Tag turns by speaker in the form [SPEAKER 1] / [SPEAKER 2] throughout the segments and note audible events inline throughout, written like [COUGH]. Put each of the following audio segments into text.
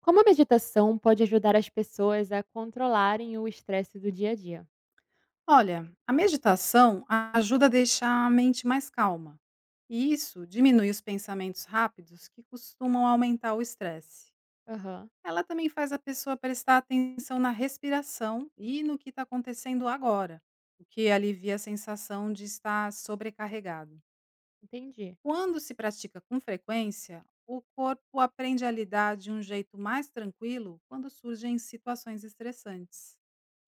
[SPEAKER 1] Como a meditação pode ajudar as pessoas a controlarem o estresse do dia a dia?
[SPEAKER 2] Olha, a meditação ajuda a deixar a mente mais calma. E isso diminui os pensamentos rápidos que costumam aumentar o estresse.
[SPEAKER 1] Aham,
[SPEAKER 2] Ela também faz a pessoa prestar atenção na respiração e no que está acontecendo agora, o que alivia a sensação de estar sobrecarregado.
[SPEAKER 1] entendi.
[SPEAKER 2] Quando se pratica com frequência, o corpo aprende a lidar de um jeito mais tranquilo quando surgem situações estressantes.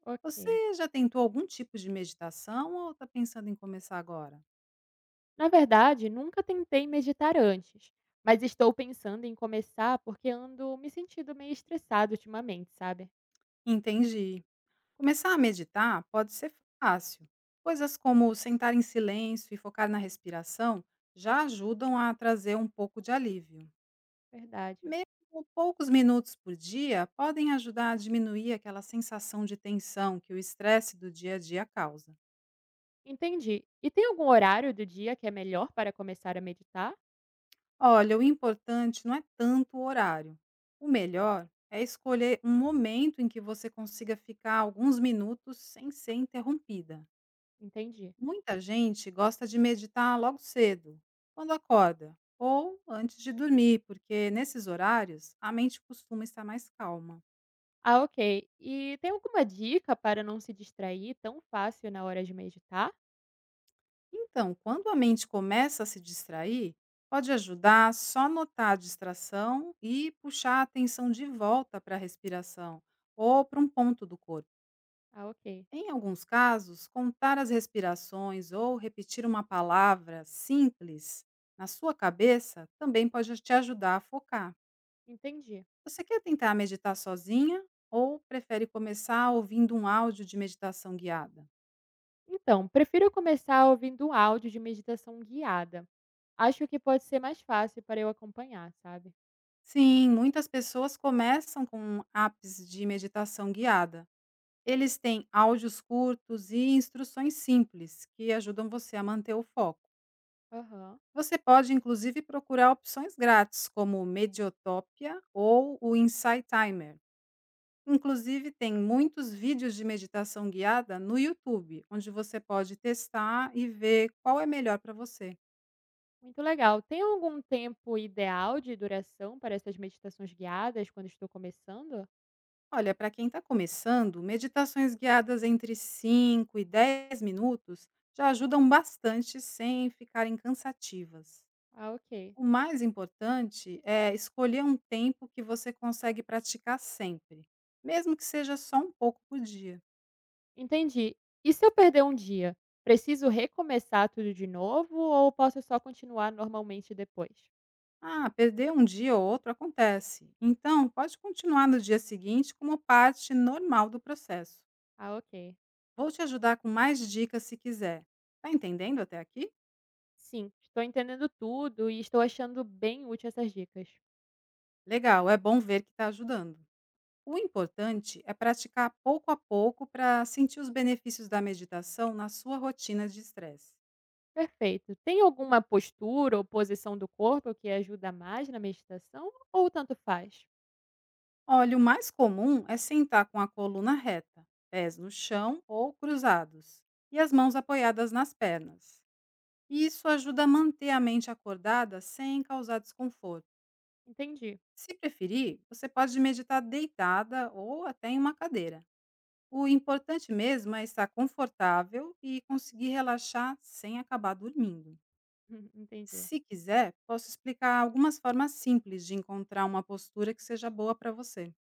[SPEAKER 1] Ok.
[SPEAKER 2] Você já tentou algum tipo de meditação ou está pensando em começar agora?
[SPEAKER 1] Na verdade, nunca tentei meditar antes, mas estou pensando em começar porque ando me sentindo meio estressado ultimamente, sabe?
[SPEAKER 2] Entendi. Começar a meditar pode ser fácil. Coisas como sentar em silêncio e focar na respiração já ajudam a trazer um pouco de alívio.
[SPEAKER 1] Verdade.
[SPEAKER 2] Mesmo poucos minutos por dia podem ajudar a diminuir aquela sensação de tensão que o estresse do dia a dia causa.
[SPEAKER 1] Entendi. E tem algum horário do dia que é melhor para começar a meditar?
[SPEAKER 2] Olha, o importante não é tanto o horário. O melhor é escolher um momento em que você consiga ficar alguns minutos sem ser interrompida.
[SPEAKER 1] Entendi.
[SPEAKER 2] Muita gente gosta de meditar logo cedo, quando acorda, ou antes de dormir, porque nesses horários a mente costuma estar mais calma.
[SPEAKER 1] Ah, ok. E tem alguma dica para não se distrair tão fácil na hora de meditar?
[SPEAKER 2] Então, quando a mente começa a se distrair, pode ajudar só notar a distração e puxar a atenção de volta para a respiração ou para um ponto do corpo.
[SPEAKER 1] Ah, ok.
[SPEAKER 2] Em alguns casos, contar as respirações ou repetir uma palavra simples na sua cabeça também pode te ajudar a focar.
[SPEAKER 1] Entendi.
[SPEAKER 2] Você quer tentar meditar sozinha ou prefere começar ouvindo um áudio de meditação guiada?
[SPEAKER 1] Então, prefiro começar ouvindo um áudio de meditação guiada. Acho que pode ser mais fácil para eu acompanhar, sabe?
[SPEAKER 2] Sim, muitas pessoas começam com apps de meditação guiada. Eles têm áudios curtos e instruções simples que ajudam você a manter o foco.
[SPEAKER 1] Aham.
[SPEAKER 2] Você pode, inclusive, procurar opções grátis, como o Mediotopia ou o Insight Timer. Inclusive, tem muitos vídeos de meditação guiada no YouTube, onde você pode testar e ver qual é melhor para você.
[SPEAKER 1] Muito legal. Tem algum tempo ideal de duração para essas meditações guiadas quando estou começando?
[SPEAKER 2] Olha, para quem está começando, meditações guiadas entre 5 e 10 minutos já ajudam bastante sem ficarem cansativas.
[SPEAKER 1] Ah, ok.
[SPEAKER 2] O mais importante é escolher um tempo que você consegue praticar sempre, mesmo que seja só um pouco por dia.
[SPEAKER 1] Entendi. E se eu perder um dia? Preciso recomeçar tudo de novo ou posso só continuar normalmente depois?
[SPEAKER 2] Ah, perder um dia ou outro acontece. Então, pode continuar no dia seguinte como parte normal do processo.
[SPEAKER 1] Ah, ok.
[SPEAKER 2] Vou te ajudar com mais dicas se quiser. Tá entendendo até aqui?
[SPEAKER 1] Sim, estou entendendo tudo e estou achando bem útil essas dicas.
[SPEAKER 2] Legal, é bom ver que está ajudando. O importante é praticar pouco a pouco para sentir os benefícios da meditação na sua rotina de estresse.
[SPEAKER 1] Perfeito. Tem alguma postura ou posição do corpo que ajuda mais na meditação ou tanto faz?
[SPEAKER 2] Olha, o mais comum é sentar com a coluna reta, pés no chão ou cruzados, e as mãos apoiadas nas pernas. E isso ajuda a manter a mente acordada sem causar desconforto.
[SPEAKER 1] Entendi,
[SPEAKER 2] Se preferir, você pode meditar deitada ou até em uma cadeira. O importante mesmo é estar confortável e conseguir relaxar sem acabar dormindo.
[SPEAKER 1] [LAUGHS] entendi.
[SPEAKER 2] Se quiser, posso explicar algumas formas simples de encontrar uma postura que seja boa para você.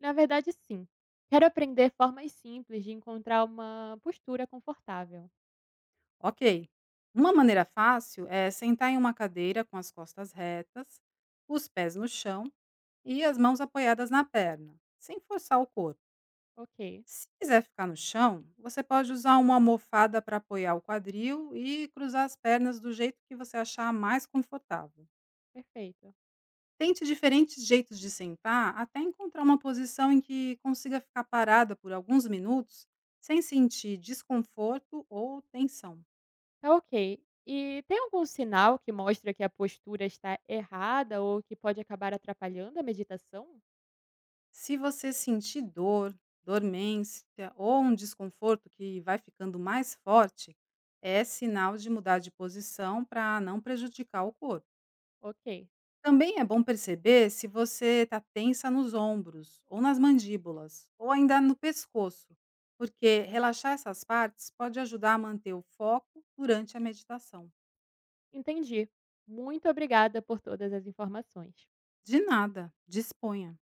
[SPEAKER 1] Na verdade, sim. Quero aprender formas simples de encontrar uma postura confortável.
[SPEAKER 2] Ok. Uma maneira fácil é sentar em uma cadeira com as costas retas, os pés no chão e as mãos apoiadas na perna, sem forçar o corpo.
[SPEAKER 1] Ok,
[SPEAKER 2] Se quiser ficar no chão, você pode usar uma almofada para apoiar o quadril e cruzar as pernas do jeito que você achar mais confortável.
[SPEAKER 1] perfeito.
[SPEAKER 2] Tente diferentes jeitos de sentar até encontrar uma posição em que consiga ficar parada por alguns minutos sem sentir desconforto ou tensão.
[SPEAKER 1] Tá ok. E tem algum sinal que mostra que a postura está errada ou que pode acabar atrapalhando a meditação?
[SPEAKER 2] Se você sentir dor, dormência ou um desconforto que vai ficando mais forte, é sinal de mudar de posição para não prejudicar o corpo.
[SPEAKER 1] Ok,
[SPEAKER 2] Também é bom perceber se você está tensa nos ombros, ou nas mandíbulas, ou ainda no pescoço, porque relaxar essas partes pode ajudar a manter o foco durante a meditação.
[SPEAKER 1] entendi. Muito obrigada por todas as informações.
[SPEAKER 2] De nada, disponha.